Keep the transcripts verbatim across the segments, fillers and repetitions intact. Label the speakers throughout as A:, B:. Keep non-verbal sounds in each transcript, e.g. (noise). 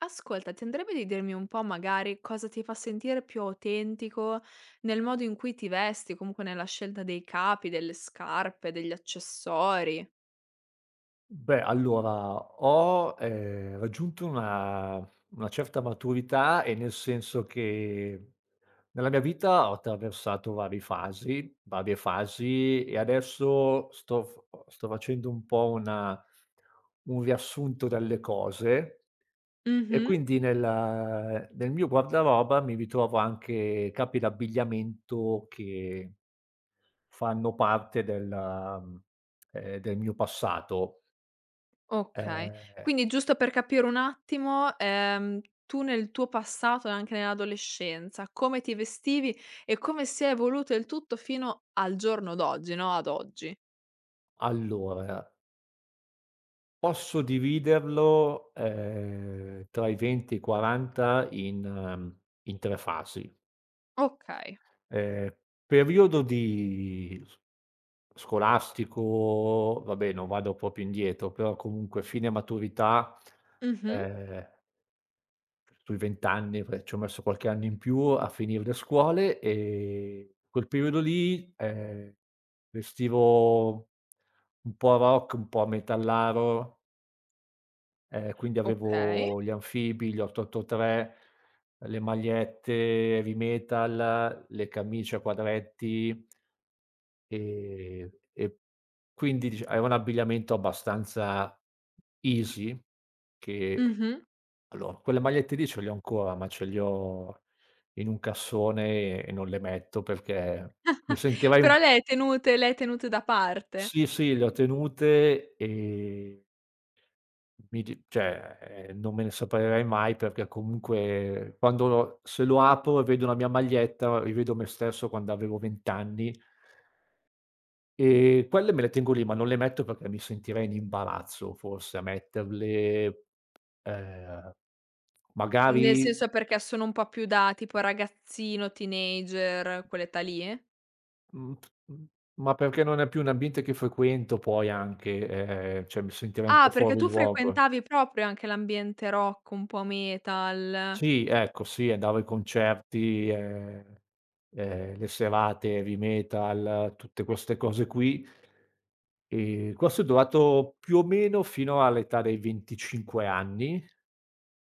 A: Ascolta, ti andrebbe di dirmi un po' magari cosa ti fa sentire più autentico nel modo in cui ti vesti, comunque nella scelta dei capi, delle scarpe, degli accessori?
B: Beh, allora ho, ehm, raggiunto una una certa maturità, e nel senso che nella mia vita ho attraversato vari fasi varie fasi, e adesso sto f sto facendo un po' una un riassunto delle cose, e
A: Mh-mh.
B: quindi nel nel mio guardaroba mi ritrovo anche capi d'abbigliamento che fanno parte del, mhmm, ehm, del mio passato.
A: Okay.
B: Ehm
A: Quindi giusto per capire un attimo, ehm, tu nel tuo passato e anche nell'adolescenza, come ti vestivi e come si è evoluto il tutto fino al giorno d'oggi, no, ad oggi.
B: Allora, posso dividerlo, ehm, tra i venti e i quaranta in ehm, in tre fasi.
A: Okay.
B: Ehm, periodo di s scolastico, vabbè non vado proprio indietro, però comunque fine maturità,
A: Mh-mh.
B: ehm, sui venti anni, perché ci ho messo qualche anno in più a finire le scuole, e quel periodo lì, ehm, vestivo un po' rock, un po' metallaro. Ehm, quindi
A: Okay.
B: avevo gli anfibi, gli otto otto tre, le magliette heavy metal, le camicie a quadretti, ehm, e quindi dicia era un abbigliamento abbastanza easy che
A: Mh-mh.
B: Allora, quelle magliette lì ce le ho ancora, ma ce li ho in un cassone e non le metto perché mi
A: (laughs)
B: sentirei un.
A: Però le hai tenute, le hai tenute da parte?
B: Sì, sì, le ho tenute, ehm Mi di cioè, ehm, non me ne separerei mai perché comunque quando lo se lo apro e vedo la mia maglietta, rivedo me stesso quando avevo venti anni e quelle me le tengo lì, ma non le metto perché mi sentirei in imbarazzo forse a metterle, ehm,
A: Nel
B: magari.
A: senso, perché sono un po' più da tipo ragazzino, teenager, quell'età lì?
B: Mhmm, mhmm. Ma perché non è più un ambiente che frequento poi anche, ehm, cioè mi sentirei un
A: Ah,
B: po'
A: perché
B: fuori
A: tu
B: luogo.
A: frequentavi proprio anche l'ambiente rock, un po' metal.
B: Sì, ecco, sì, andavo ai concerti, ehm, ehm, le serate heavy metal, tutte queste cose qui. Ehm, questo è durato più o meno fino all'età dei venticinque anni.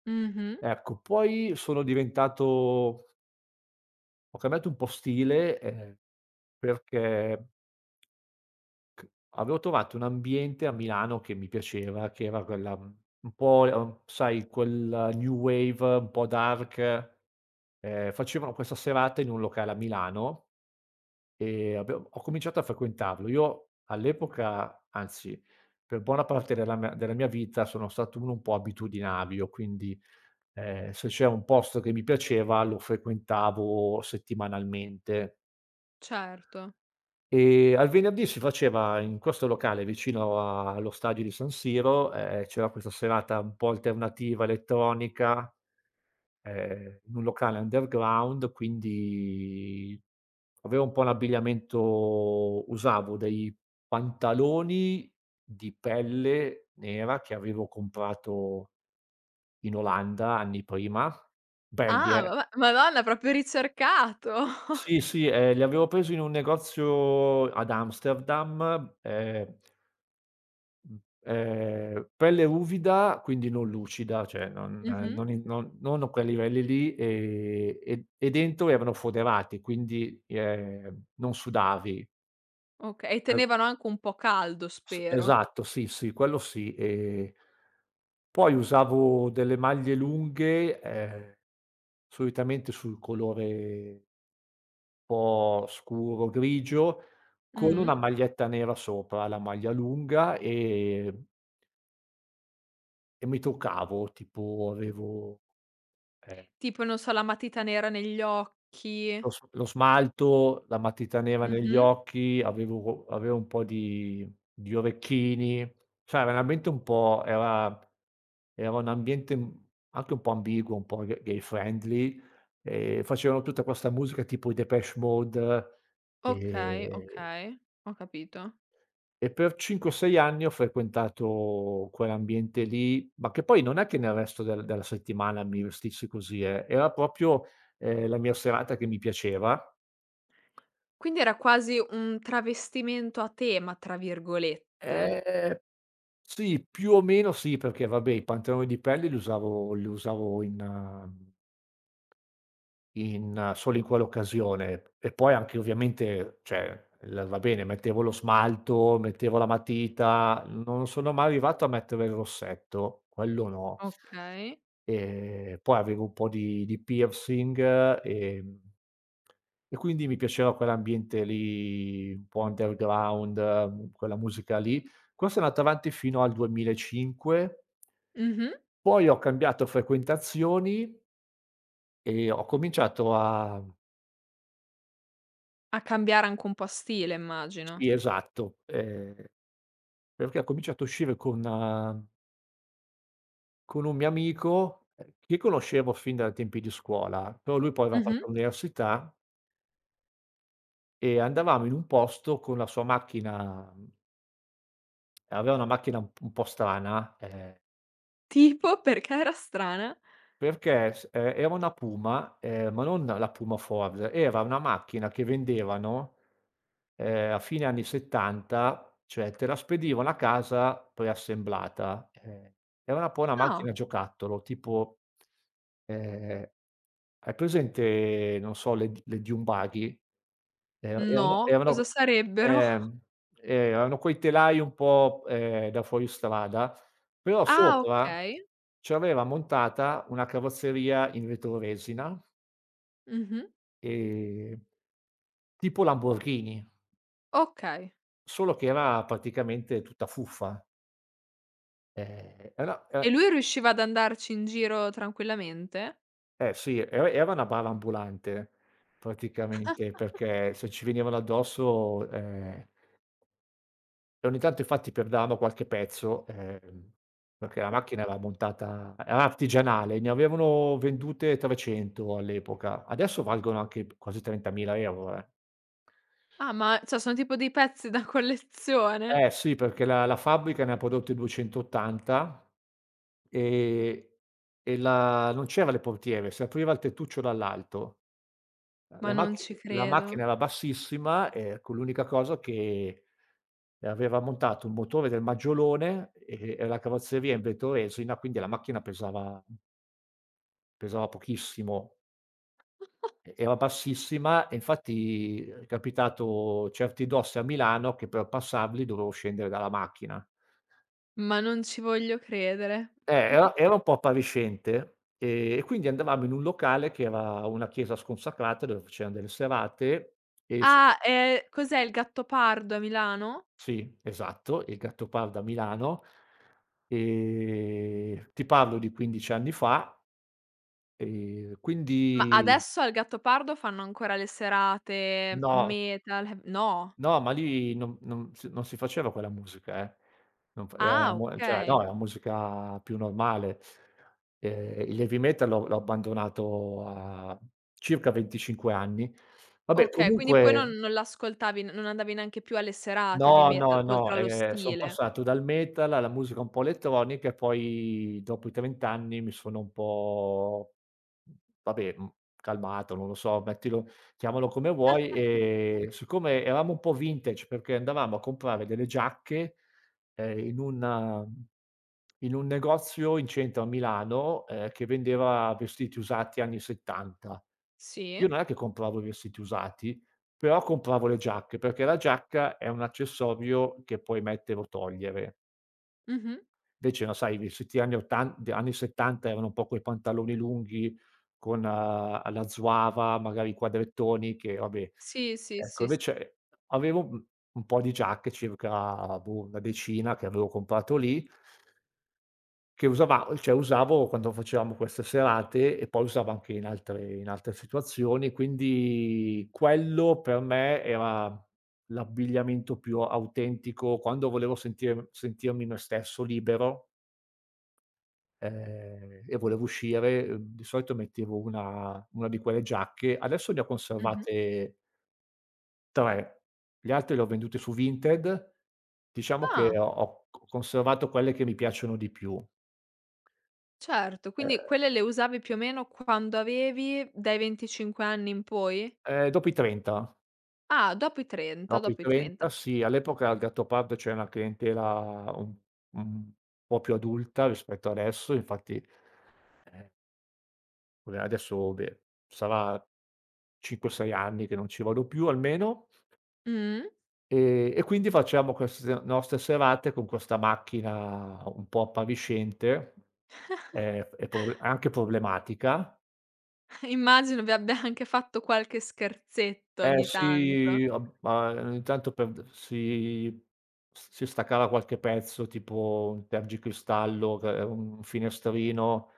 A: Mh-mh,
B: Ecco, poi sono diventato ho cambiato un po' stile, ehm, perché c avevo trovato un ambiente a Milano che mi piaceva, che era quella un po', uhm, sai, quel new wave un po' dark. Ehm, facevano questa serata in un locale a Milano e abbiam ho cominciato a frequentarlo. Io all'epoca, anzi per buona parte della mia della mia vita sono stato uno un po' abitudinario, quindi, ehm, se c'era un posto che mi piaceva lo frequentavo settimanalmente.
A: certo.
B: Ehm, al venerdì si faceva in questo locale vicino a allo stadio di San Siro, ehm, c'era questa serata un po' alternativa, elettronica, ehm, in un locale underground, quindi aveva un po' l'abbigliamento usavo dei pantaloni di pelle nera che avevo comprato in Olanda anni prima, belli
A: Ah,
B: eh.
A: vabbè, madonna proprio ricercato. (laughs)
B: Sì, sì, ehm, li avevo presi in un negozio ad Amsterdam, ehm Mh. Ehm, pelle ruvida, quindi non lucida, cioè non eh,
A: Mh-mh,
B: non in non non a quei livelli lì, ehm, e e dentro erano foderati, quindi, ehm, non sudavi.
A: okay, e
B: E
A: tenevano anche un po' caldo
B: s
A: spero.
B: esatto, sì, sì, quello sì. Ehm, poi usavo delle maglie lunghe, ehm, solitamente sul colore un po' scuro grigio, con
A: Mh-mh.
B: una maglietta nera sopra, la maglia lunga, ehm, e mi truccavo, tipo avevo, ehm
A: Tipo, non so, la matita nera negli occhi.
B: Lo s lo smalto, la matita nera Mh. negli
A: Mh-mh.
B: occhi, avevo co avevo un po' di di orecchini, cioè veramente un po' era era un ambiente, mhmm, anche un po' ambiguo, un po' gay gay friendly, ehm, facevano tutta questa musica tipo i Depeche Mode,
A: Okay,
B: ehm,
A: okay, ho capito.
B: e per cinque, sei anni ho frequentato quell'ambiente lì, ma che poi non è che nel resto del della settimana mi vestissi così eh, era proprio, ehm, la mia serata che mi piaceva.
A: Quindi era quasi un "travestimento a tema", tra virgolette.
B: Ehm, sì, più o meno sì, perché vabbè i pantaloni di pelle li usavo li usavo in in solo in quell'occasione. E poi anche ovviamente, cioè, l va bene, mettevo lo smalto, mettevo la matita, non sono mai arrivato a mettere il rossetto, quello no.
A: Okay.
B: Ehm, poi avevo un po' di di piercing, ehm, e e quindi mi piaceva quell'ambiente lì, un po' underground, eh, quella musica lì. Questo è andato avanti fino al duemilacinque,
A: Mh-mh.
B: poi ho cambiato frequentazioni e ho cominciato a.
A: A cambiare anche un po' stile immagino.
B: Sì, esatto, ehm, perché ho cominciato a uscire con eh, con un mio amico, ehm, che conoscevo fin dai tempi di scuola, però lui poi aveva
A: Mh-mh.
B: fatto l'università e andavamo in un posto con la sua macchina. Aveva una macchina un p un po' strana. Ehm
A: Tipo? Perché era strana?
B: Perché s ehm, Era una Puma, ehm, ma non la Puma Forza, era una macchina che vendevano, ehm, a fine anni 'settanta, cioè te la spedivano a casa preassemblata. Ehm, era un po' una
A: Ah,
B: macchina giocattolo, tipo, ehm, hai presente, non so, le d le dune buggy? Ehm, erano
A: no, cosa
B: erano
A: sarebbero?
B: ehm, eh, erano quei telai un po', ehm, da fuoristrada però
A: Ah,
B: sopra
A: okay.
B: c'aveva montata una carrozzeria in vetroresina,
A: Mh-mh.
B: ehm, tipo Lamborghini,
A: Okay.
B: solo che era praticamente tutta fuffa. Ehm, era
A: E
B: e
A: lui riusciva ad andarci in giro tranquillamente?
B: Eh sì, era era una bara ambulante praticamente, perché se ci venivano addosso, ehm E ogni tanto infatti perdevamo qualche pezzo, ehm, perché la macchina era montata era artigianale, ne avevano vendute trecento all'epoca. Adesso valgono anche p quasi trentamila euro eh.
A: Ah, ma cioè sono tipo dei pezzi da collezione?
B: Eh sì, perché la la fabbrica ne ha prodotte duecentoottanta e e la non c'era le portiere, si apriva il tettuccio dall'alto.
A: Ma
B: La
A: non
B: macchi
A: ci
B: la
A: credo.
B: macchina era bassissima, ehm, con l'unica cosa che aveva montato un motore del maggiolone e e la carrozzeria in vetro-resina, quindi la macchina pesava pesava pochissimo. E era bassissima e infatti è capitato certi dossi a Milano che per passarli dovevo scendere dalla macchina.
A: Ma non ci voglio credere.
B: Eh, era era un po' appariscente, ehm, e quindi andavamo in un locale che era una chiesa sconsacrata dove facevano delle serate e s
A: Ah, ehm, cos'è il Gattopardo a Milano?
B: Sì, esatto, il Gattopardo a Milano. Ehm, ti parlo di quindici anni fa, ehm,
A: Ma
B: quindi
A: adesso al Gattopardo fanno ancora le serate
B: no,
A: metal, heav no?
B: no, ma lì non non s non si faceva quella musica, eh. Non fa era
A: Ah
B: mu Cioè
A: okay,
B: no, era musica più normale. Ehm, il heavy metal l'ho l'ho abbandonato a circa venticinque anni. Vabbè,
A: okay, quindi poi
B: comunque.
A: non non l'ascoltavi, n non andavi neanche più alle serate heavy
B: No,
A: metal,
B: no,
A: oltre
B: no,
A: allo
B: ehm, son
A: stile.
B: passato dal metal alla musica un po' elettronica e poi dopo i trenta anni mi sono un po', vabbè, mhmm, calmato, non lo so, mettilo chiamalo come vuoi, ehm, siccome eravamo un po' vintage perché andavamo a comprare delle giacche, ehm, in un in un negozio in centro a Milano, ehm, che vendeva vestiti usati anni 'settanta.
A: Sì,
B: Io non è che compravo i vestiti usati, però compravo le giacche, perché la giacca è un accessorio che puoi mettere o togliere.
A: mh-mh.
B: Invece no, sai, i vestiti anni ottan d anni 'settanta erano un po' quei pantaloni lunghi con, uhm, la zuava, magari i quadrettoni che vabbè.
A: Sì, sì,
B: Ecco,
A: sì, s
B: invece avevo, mhmm, un po' di giacche, circa boh, una decina che avevo comprato lì che usava cioè usavo quando facevamo queste serate e poi usavo anche in altre in altre situazioni, quindi quello per me era l'abbigliamento più autentico. Quando volevo sentir sentirmi me stesso libero, ehm, e volevo uscire, uhm, di solito mettevo una una di quelle giacche. Adesso ne ho
A: mh-mh.
B: conservate tre, gli altri li ho venduti su Vinted. Diciamo
A: Ah,
B: che ho ho c conservato quelle che mi piacciono di più.
A: certo, quindi
B: Ehm,
A: quelle le usavi più o meno quando avevi dai venticinque anni in poi?
B: ehm, Dopo i trenta.
A: Ah, dopo i trenta,
B: No, per i
A: dopo i trenta.
B: trenta sì, all'epoca al Gattopardo c'era una clientela un un po' più adulta rispetto adesso, infatti, eh, vabbè adesso beh, sarà cinque, sei anni che non ci vado più almeno,
A: Mh.
B: ehm, e quindi facciamo queste nostre serate con questa macchina un po' appariscente, ehm, e pro anche problematica.
A: (laughs) Immagino vi abbia anche fatto qualche scherzetto
B: Eh
A: ogni tanto.
B: sì, ab ma ogni tanto per si s si staccava qualche pezzo, tipo un tergicristallo, che è un finestrino,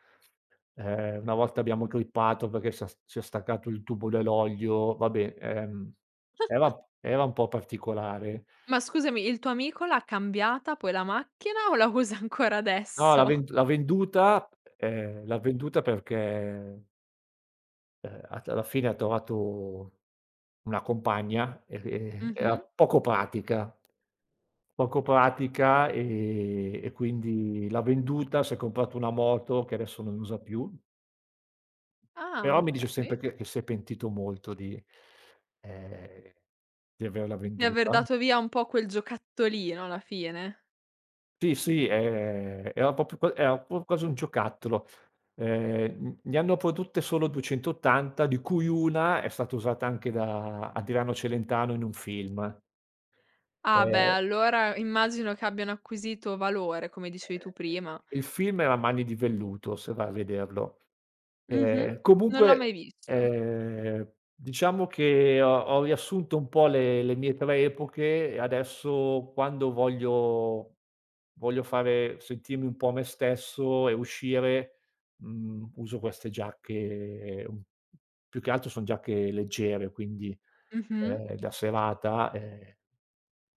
B: ehm, una volta abbiamo grippato perché si è s si è staccato il tubo dell'olio, vabbè, ehm, era era un po' particolare.
A: Ma scusami, il tuo amico l'ha cambiata poi la macchina o la usa ancora
B: No, l'ha ven
A: adesso?
B: l'ha venduta, ehm, l'ha venduta perché Ehm, a alla fine ha trovato una compagna e e era
A: Mh-mh.
B: Mh. poco pratica. Poco pratica, ehm, e quindi l'ha venduta, si è comprato una moto che adesso non usa più,
A: Ah,
B: però mi dice
A: okay.
B: sempre che che si è pentito molto di ehm, di averla
A: Di aver
B: venduta.
A: dato via un po' quel giocattolino alla fine.
B: Sì, sì, ehm, era proprio qua era proprio quasi un giocattolo. Ehm, n Ne hanno produtte solo duecentoottanta, di cui una è stata usata anche da Adriano Celentano in un film.
A: Ah beh,
B: Ehm,
A: allora immagino che abbiano acquisito valore, come dicevi tu prima.
B: il film era Mani di velluto, se vai a vederlo.
A: Mh-mh.
B: Ehm,
A: Non l'ho mai
B: comunque,
A: visto.
B: ehm, diciamo che ho ho riassunto un po' le le mie tre epoche e adesso quando voglio voglio fare sentirmi un po' me stesso e uscire, mhmm, uso queste giacche un più che altro son giacche leggere, quindi,
A: Mh-mh.
B: ehm, da serata, ehm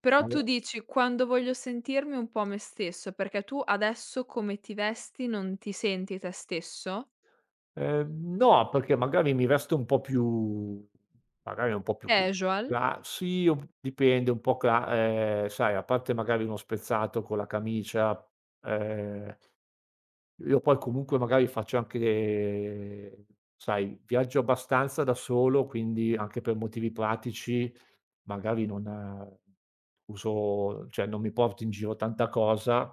A: Però tu
B: (unintelligible)
A: dici: "Quando voglio sentirmi un po' me stesso", perché tu adesso come ti vesti non ti senti te stesso?
B: Ehm, no, perché magari mi vesto un po' più, magari un po' più c
A: Casual?
B: cla sì, un dipende un po', cla ehm, sai, a parte magari uno spezzato con la camicia, ehm, io poi comunque magari faccio anche, sai, viaggio abbastanza da solo, quindi anche per motivi pratici magari non eh, uso, cioè non mi porto in giro tanta cosa.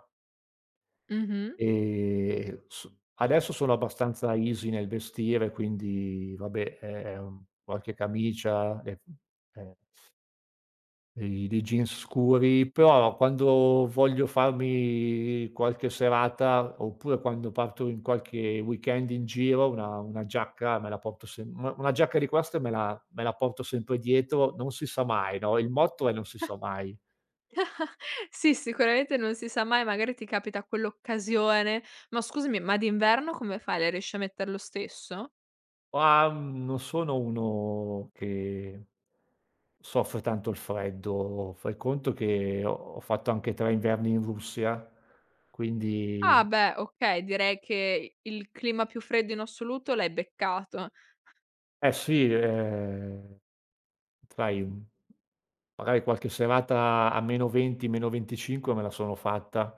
A: Mh-mh.
B: Ehm, s Adesso sono abbastanza easy nel vestire, quindi vabbè, ehm, qualche camicia e ehm, dei dei jeans scuri, però quando voglio farmi qualche serata, oppure quando parto in qualche weekend in giro, una una giacca me la porto sem una una giacca di queste me la me la porto sempre dietro, non si sa mai, no, il motto è: "Non si sa mai".
A: Sì, sicuramente non si sa mai, magari ti capita quell'occasione. Ma scusami, ma d'inverno come fai? Le riesci a mettere lo stesso?
B: Ah, mhmm, non sono uno che soffre tanto il freddo. Fai conto che ho ho fatto anche tre inverni in Russia,
A: Ah
B: quindi
A: beh, okay, direi che il clima più freddo in assoluto l'hai beccato.
B: eh sì, ehm, sai, mhmm, magari qualche serata a meno venti, meno venticinque me la sono fatta.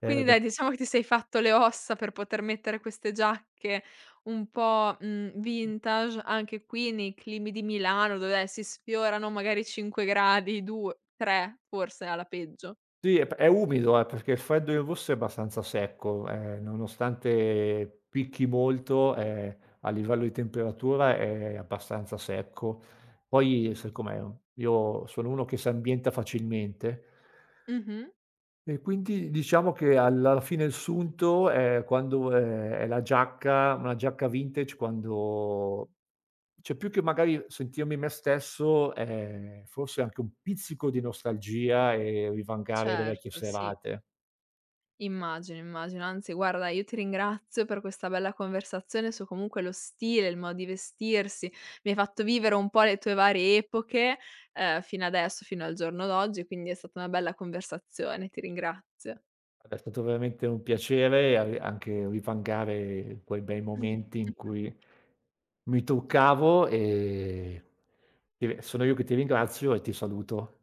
B: Ehm,
A: Quindi dai,
B: da
A: diciamo che ti sei fatto le ossa per poter mettere queste giacche un po', mhmm, vintage, anche qui nei climi di Milano dove si sfiorano magari cinque gradi, due, tre forse alla peggio.
B: Sì, è p è umido, eh, perché il freddo in Russia è abbastanza secco, ehm, nonostante picchi molto, ehm, a livello di temperatura è abbastanza secco. Poi sai com'è, io sono uno che si ambienta facilmente
A: Mh-mh.
B: e quindi diciamo che alla fine il sunto è quando è è la giacca una giacca vintage quando cioè più che magari sentirmi me stesso, ehm, forse anche un pizzico di nostalgia e rivangare le vecchie
A: Certo, sì.
B: serate.
A: Immagino, immagino. Anzi, guarda, io ti ringrazio per questa bella conversazione su comunque lo stile, il modo di vestirsi. Mi hai fatto vivere un po' le tue varie epoche, ehm, fino adesso, fino al giorno d'oggi, quindi è stata una bella conversazione. Ti ringrazio.
B: Guarda, è stato veramente un piacere a anche rivangare quei bei momenti in
A: (laughs)
B: cui mi truccavo e ti sono io che ti ringrazio e ti saluto.